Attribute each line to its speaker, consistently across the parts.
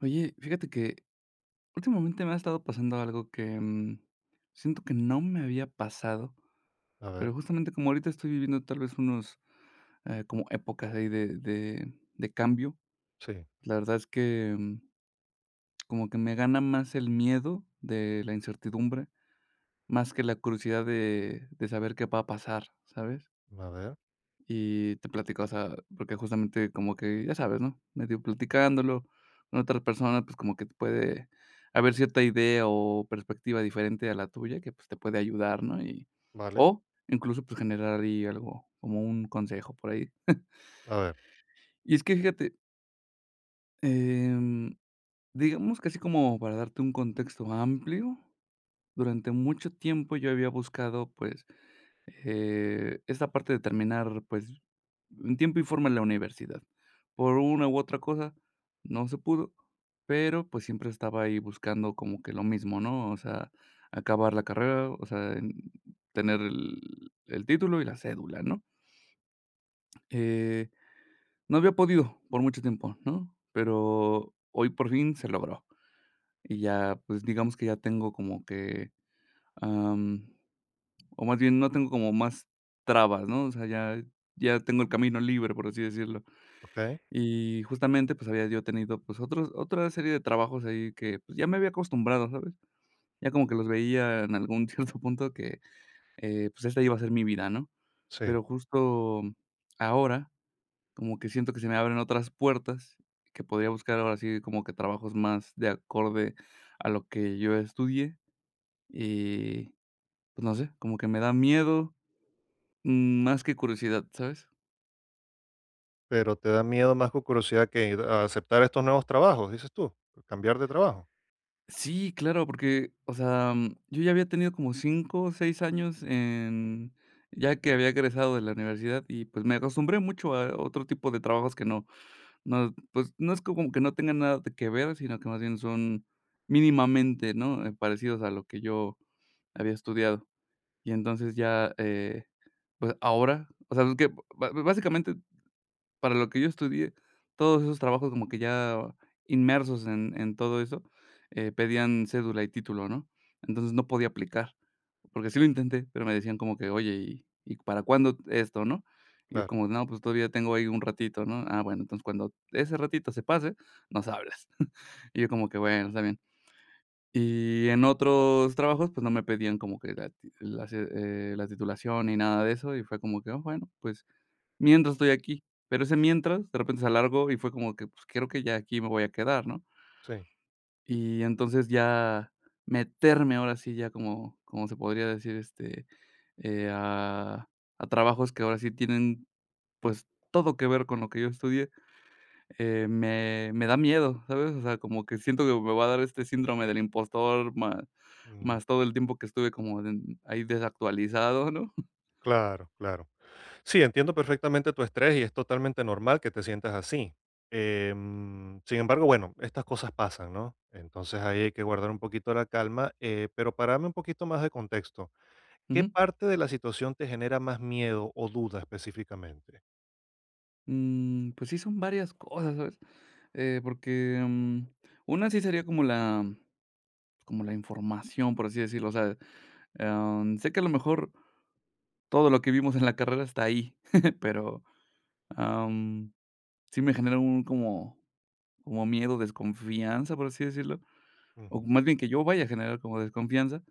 Speaker 1: Oye, fíjate que últimamente me ha estado pasando algo que siento que no me había pasado,
Speaker 2: A ver,
Speaker 1: pero justamente como ahorita estoy viviendo tal vez unos, como épocas ahí de cambio,
Speaker 2: sí,
Speaker 1: la verdad es que como que me gana más el miedo de la incertidumbre, más que la curiosidad de saber qué va a pasar, ¿sabes?
Speaker 2: a ver,
Speaker 1: Y te platica, o sea, porque justamente como que, ya sabes, ¿no? Medio platicándolo con otras personas, pues como que te puede haber cierta idea o perspectiva diferente a la tuya que pues te puede ayudar, ¿no? Y,
Speaker 2: vale,
Speaker 1: o incluso pues generar ahí algo, como un consejo por ahí.
Speaker 2: a ver,
Speaker 1: Y es que fíjate, em, digamos que así como para darte un contexto amplio, durante mucho tiempo yo había buscado pues esa parte de terminar, pues, en tiempo y forma en la universidad. Por una u otra cosa, no se pudo, pero, pues, siempre estaba ahí buscando como que lo mismo, ¿no? O sea, acabar la carrera, o sea, en tener el título y la cédula, ¿no? Eh, no había podido por mucho tiempo, ¿no? Pero hoy por fin se logró. Y ya, pues, digamos que ya tengo como que, o más bien, no tengo como más trabas, ¿no? O sea, ya ya tengo el camino libre, por así decirlo.
Speaker 2: ok,
Speaker 1: Y justamente, pues, había yo tenido, pues, otros otra serie de trabajos ahí que, pues, ya me había acostumbrado, ¿sabes? Ya como que los veía en algún cierto punto que, pues, esta iba a ser mi vida, ¿no?
Speaker 2: sí.
Speaker 1: Pero justo ahora, como que siento que se me abren otras puertas, que podría buscar ahora sí como que trabajos más de acorde a lo que yo estudié. Y, pues, no sé, como que me da miedo, más que curiosidad, ¿sabes?
Speaker 2: Pero te da miedo más que curiosidad que a aceptar estos nuevos trabajos, dices tú, cambiar de trabajo.
Speaker 1: Sí, claro, porque, o sea, yo ya había tenido como 5 o 6 años en ya que había egresado de la universidad y, pues, me acostumbré mucho a otro tipo de trabajos que no no, pues, no es como que no tengan nada de que ver, sino que más bien son mínimamente, ¿no?, parecidos a lo que yo había estudiado. Y entonces ya, pues, ahora, o sea, es que ba básicamente para lo que yo estudié, todos esos trabajos como que ya inmersos en todo eso, pedían cédula y título, ¿no? Entonces, no podía aplicar, porque sí lo intenté, pero me decían como que: "Oye, y para cuándo esto, no?". Y yo
Speaker 2: Claro,
Speaker 1: como: "No, pues todavía tengo ahí un ratito", ¿no? "Ah, bueno, entonces cuando ese ratito se pase, nos hablas". Y yo como que: "Bueno, está bien". Y en otros trabajos, pues, no me pedían como que la ti la ce la titulación ni nada de eso, y fue como que: "Ah, bueno, pues, mientras estoy aquí, pero ese mientras de repente se alargó y fue como que, pues, creo que ya aquí me voy a quedar, ¿no?
Speaker 2: sí.
Speaker 1: Y entonces ya meterme ahora sí ya como se podría decir, este, eh, a a trabajos que ahora sí tienen, pues, todo que ver con lo que yo estudié, me da miedo, ¿sabes? O sea, como que siento que me va a dar este síndrome del impostor, más
Speaker 2: mm,
Speaker 1: más todo el tiempo que estuve como en ahí desactualizado, ¿no?
Speaker 2: claro, claro. Sí, entiendo perfectamente tu estrés y es totalmente normal que te sientas así. Sin embargo, bueno, estas cosas pasan, ¿no? Entonces ahí hay que guardar un poquito la calma, pero para darme un poquito más de contexto, ¿qué
Speaker 1: Ujú.
Speaker 2: parte de la situación te genera más miedo o duda específicamente?
Speaker 1: Mm, pues sí, son varias cosas, ¿sabes? Porque una sí sería como la información, por así decirlo, o sea, sé que a lo mejor todo lo que vimos en la carrera está ahí, pero, am, sí me genera un como miedo, desconfianza, por así decirlo, o
Speaker 2: Ujú.
Speaker 1: más bien que yo vaya a generar como desconfianza,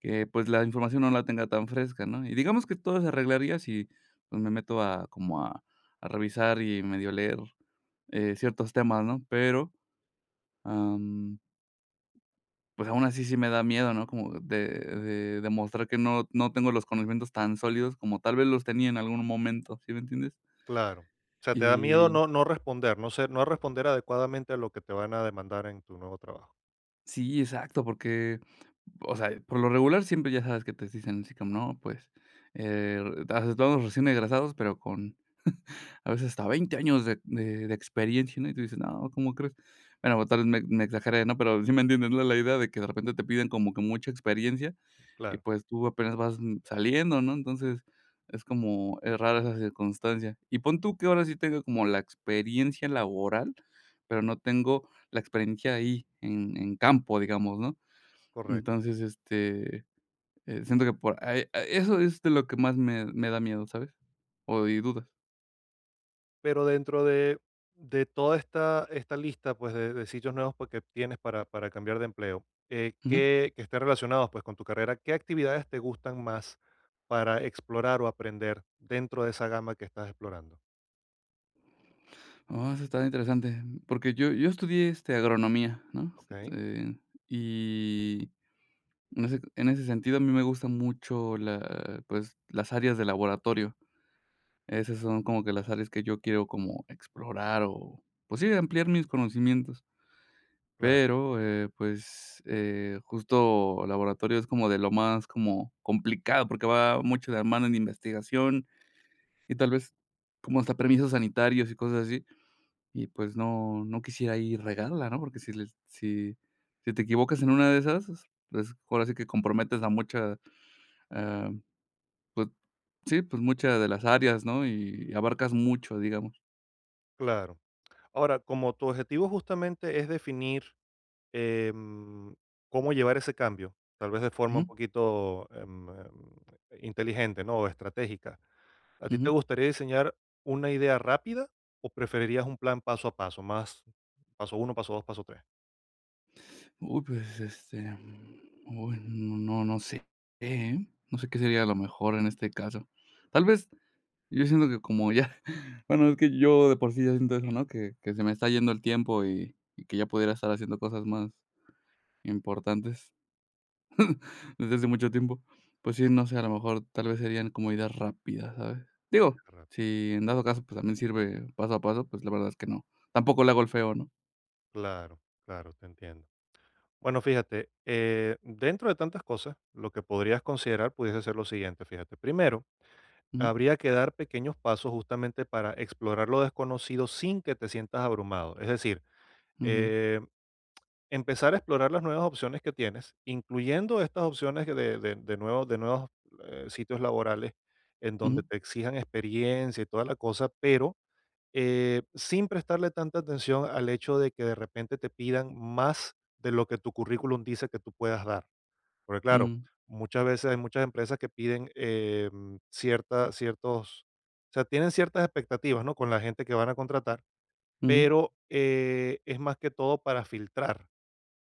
Speaker 1: que, pues, la información no la tenga tan fresca, ¿no? Y digamos que todo se arreglaría si, pues, me meto a como a revisar y medio leer, ciertos temas, ¿no? Pero, pues, aún así sí me da miedo, ¿no? Como de demostrar que no no tengo los conocimientos tan sólidos como tal vez los tenía en algún momento, ¿sí me entiendes?
Speaker 2: Claro. O sea, te da miedo
Speaker 1: Y
Speaker 2: no, no responder, no ser, no responder adecuadamente a lo que te van a demandar en tu nuevo trabajo.
Speaker 1: sí, exacto, porque, o sea, por lo regular siempre ya sabes que te dicen así como: "No, pues, eh, aceptamos recién egresados, pero con a veces hasta 20 años de experiencia", ¿no? Y tú dices: "No, ¿cómo crees?". Bueno, tal vez me exageré, ¿no? Pero sí me entiendes, ¿no? La idea de que de repente te piden como que mucha experiencia y
Speaker 2: Claro,
Speaker 1: pues tú apenas vas saliendo, ¿no? Entonces, es como, es rara esa circunstancia. Y pon tú que ahora sí tengo como la experiencia laboral, pero no tengo la experiencia ahí en campo, digamos, ¿no?
Speaker 2: correcto.
Speaker 1: Entonces, este, siento que por ahí eso es de lo que más me da miedo, ¿sabes? O y dudas.
Speaker 2: Pero dentro de toda esta, esta lista pues, de sitios nuevos pues, que tienes para cambiar de empleo,
Speaker 1: Ujú.
Speaker 2: que estén relacionados pues, con tu carrera, ¿qué actividades te gustan más para explorar o aprender dentro de esa gama que estás explorando?
Speaker 1: Oh, eso está interesante, porque yo estudié, este, agronomía, ¿no?
Speaker 2: ¿Ok?
Speaker 1: Eh, y en ese sentido, a mí me gusta mucho la pues, las áreas de laboratorio. Esas son como que las áreas que yo quiero como explorar o, pues sí, ampliar mis conocimientos.
Speaker 2: Claro.
Speaker 1: Pero, pues, justo laboratorio es como de lo más como complicado, porque va mucho de la mano en investigación y tal vez como hasta permisos sanitarios y cosas así. Y pues no no quisiera ir regarla, ¿no? Porque si les si si te equivocas en una de esas, pues, ahora sí que comprometes a mucha, ah, pues sí, pues muchas de las áreas, ¿no? Y abarcas mucho, digamos.
Speaker 2: Claro. Ahora, como tu objetivo justamente es definir em, cómo llevar ese cambio, tal vez de forma un
Speaker 1: Ujú,
Speaker 2: poquito inteligente, ¿no? O estratégica. ¿A ti
Speaker 1: ujú.
Speaker 2: te gustaría diseñar una idea rápida o preferirías un plan paso a paso, más paso uno, paso dos, paso tres?
Speaker 1: Uy, pues, este, uy, no no no sé, ¿eh? No sé qué sería lo mejor en este caso. Tal vez, yo siento que como ya bueno, es que yo de por sí ya siento eso, ¿no? Que se me está yendo el tiempo y que ya pudiera estar haciendo cosas más importantes. Desde hace mucho tiempo. Pues sí, no sé, a lo mejor tal vez serían como ideas rápidas, ¿sabes?
Speaker 2: Idea
Speaker 1: Digo,
Speaker 2: rápida.
Speaker 1: si en dado caso, pues también sirve paso a paso, pues la verdad es que no. Tampoco le hago el feo, ¿no?
Speaker 2: Claro, claro, te entiendo. Bueno, fíjate, dentro de tantas cosas, lo que podrías considerar pudiese ser lo siguiente, fíjate. Primero,
Speaker 1: Ujú,
Speaker 2: habría que dar pequeños pasos justamente para explorar lo desconocido sin que te sientas abrumado. Es decir,
Speaker 1: ujú,
Speaker 2: eh, empezar a explorar las nuevas opciones que tienes, incluyendo estas opciones que de nuevos sitios laborales en donde
Speaker 1: ujú,
Speaker 2: te exijan experiencia y toda la cosa, pero sin prestarle tanta atención al hecho de que de repente te pidan más de lo que tu currículum dice que tú puedas dar. Porque claro,
Speaker 1: mm,
Speaker 2: muchas veces hay muchas empresas que piden cierta, ciertos, o sea, tienen ciertas expectativas, ¿no? Con la gente que van a contratar,
Speaker 1: ujú,
Speaker 2: pero es más que todo para filtrar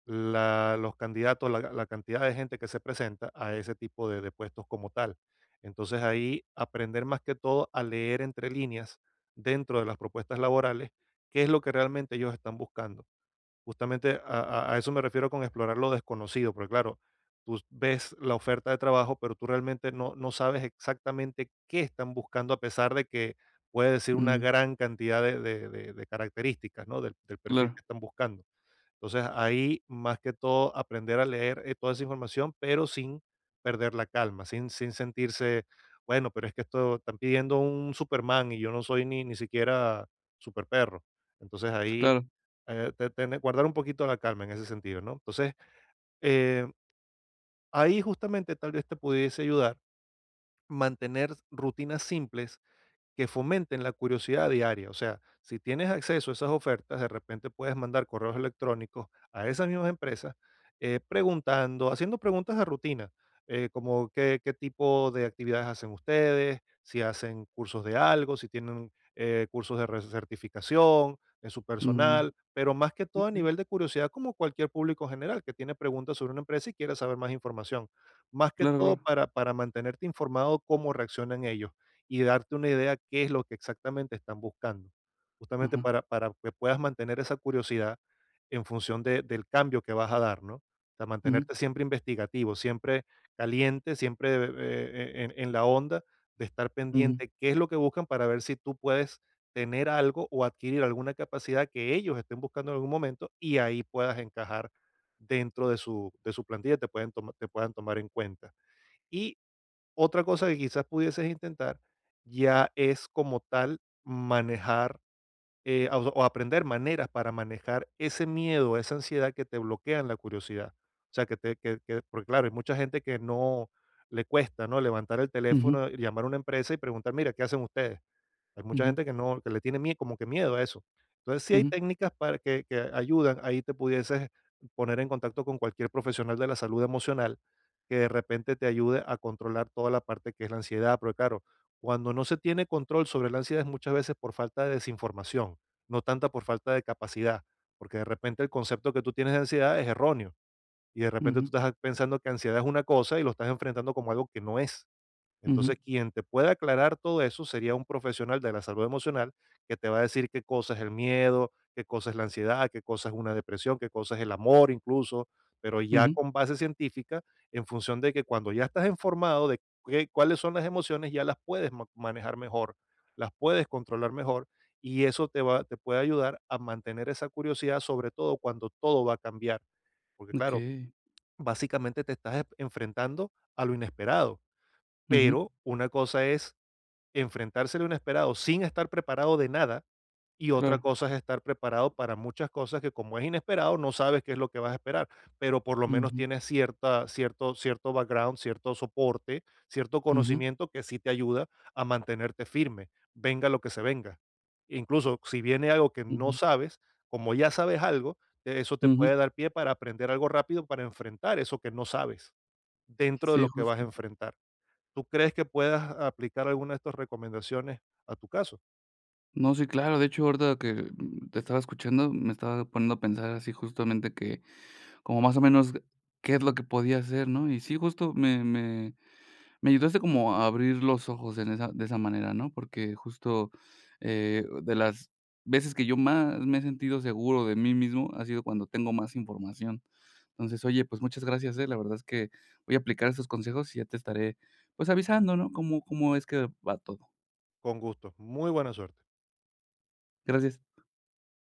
Speaker 2: la- los candidatos, la cantidad de gente que se presenta a ese tipo de puestos como tal. Entonces ahí aprender más que todo a leer entre líneas dentro de las propuestas laborales qué es lo que realmente ellos están buscando. Justamente a eso me refiero con explorar lo desconocido, porque claro, tú ves la oferta de trabajo, pero tú realmente no, no sabes exactamente qué están buscando a pesar de que puede decir una
Speaker 1: mm,
Speaker 2: gran cantidad de características, ¿no? Del del perfil que
Speaker 1: claro,
Speaker 2: están buscando. Entonces, ahí más que todo aprender a leer toda esa información, pero sin perder la calma, sin, sin sentirse, bueno, pero es que esto están pidiendo un Superman y yo no soy ni, ni siquiera super perro. Entonces ahí
Speaker 1: claro,
Speaker 2: te- tener- guardar un poquito la calma en ese sentido, ¿no? Entonces, eh, ahí justamente tal vez te pudiese ayudar mantener rutinas simples que fomenten la curiosidad diaria. O sea, si tienes acceso a esas ofertas, de repente puedes mandar correos electrónicos a esas mismas empresas preguntando, haciendo preguntas de rutina, como qué, qué tipo de actividades hacen ustedes, si hacen cursos de algo, si tienen cursos de re- certificación de su
Speaker 1: mm,
Speaker 2: personal, pero más que todo a
Speaker 1: okey,
Speaker 2: nivel de curiosidad, como cualquier público general que tiene preguntas sobre una empresa y quiere saber más información, más que
Speaker 1: claro,
Speaker 2: todo
Speaker 1: claro,
Speaker 2: para mantenerte informado cómo reaccionan ellos y darte una idea qué es lo que exactamente están buscando, justamente
Speaker 1: ajá,
Speaker 2: para que puedas mantener esa curiosidad en función de- del cambio que vas a dar, ¿no? O sea,
Speaker 1: ujú,
Speaker 2: mantenerte siempre investigativo, siempre caliente, siempre en la onda de estar
Speaker 1: ujú,
Speaker 2: pendiente qué es lo que buscan para ver si tú puedes tener algo o adquirir alguna capacidad que ellos estén buscando en algún momento y ahí puedas encajar dentro de su plantilla, te, pueden toma- te puedan tomar en cuenta. Y otra cosa que quizás pudieses intentar ya es como tal manejar o aprender maneras para manejar ese miedo, esa ansiedad que te bloquean la curiosidad. O sea, que te, que- porque claro, hay mucha gente que no le cuesta, ¿no? Levantar el
Speaker 1: ujú,
Speaker 2: teléfono, llamar a una empresa y preguntar, mira, ¿qué hacen ustedes? Hay mucha
Speaker 1: ujú,
Speaker 2: gente que no, que le tiene mie como que miedo a eso. Entonces, sí hay
Speaker 1: ujú,
Speaker 2: técnicas para que ayudan, ahí te pudieses poner en contacto con cualquier profesional de la salud emocional, que de repente te ayude a controlar toda la parte que es la ansiedad, pero claro, cuando no se tiene control sobre la ansiedad es muchas veces por falta de desinformación, no tanta por falta de capacidad, porque de repente el concepto que tú tienes de ansiedad es erróneo y de repente tú
Speaker 1: ujú,
Speaker 2: estás pensando que ansiedad es una cosa y lo estás enfrentando como algo que no es.
Speaker 1: ujú,
Speaker 2: Entonces, quien te puede aclarar todo eso sería un profesional de la salud emocional que te va a decir qué cosa es el miedo, qué cosa es la ansiedad, qué cosa es una depresión, qué cosa es el amor incluso, pero ya
Speaker 1: ujú,
Speaker 2: con base científica, en función de que cuando ya estás informado de qué- cuáles son las emociones, ya las puedes ma- manejar mejor, las puedes controlar mejor y eso te, va, te puede ayudar a mantener esa curiosidad, sobre todo cuando todo va a cambiar, porque claro,
Speaker 1: okey,
Speaker 2: básicamente te estás e, enfrentando a lo inesperado
Speaker 1: ujú,
Speaker 2: pero una cosa es enfrentarse a lo inesperado sin estar preparado de nada, y otra
Speaker 1: claro,
Speaker 2: cosa es estar preparado para muchas cosas que como es inesperado, no sabes qué es lo que vas a esperar, pero por lo menos
Speaker 1: ujú,
Speaker 2: tienes cierta, cierto, cierto background, cierto soporte, cierto
Speaker 1: ujú,
Speaker 2: conocimiento que sí te ayuda a mantenerte firme, venga lo que se venga. Incluso si viene algo que no
Speaker 1: ujú,
Speaker 2: sabes, como ya sabes algo, te- eso te
Speaker 1: ujú,
Speaker 2: puede dar pie para aprender algo rápido, para enfrentar eso que no sabes dentro de
Speaker 1: sí,
Speaker 2: lo que vas a
Speaker 1: justo.
Speaker 2: enfrentar. ¿Tú crees que puedas aplicar alguna de estas recomendaciones a tu caso?
Speaker 1: No, sí, claro. De hecho, ahorita que te estaba escuchando, me estaba poniendo a pensar así justamente que, como más o menos, qué es lo que podía hacer, ¿no? Y sí, justo me ayudaste como a abrir los ojos en esa de esa manera, ¿no? Porque justo, de las veces que yo más me he sentido seguro de mí mismo ha sido cuando tengo más información. Entonces, oye, pues muchas gracias, ¿eh? La verdad es que voy a aplicar esos consejos y ya te estaré, pues, avisando, ¿no? Cómo es que va todo.
Speaker 2: Con gusto. Muy buena suerte.
Speaker 1: Gracias.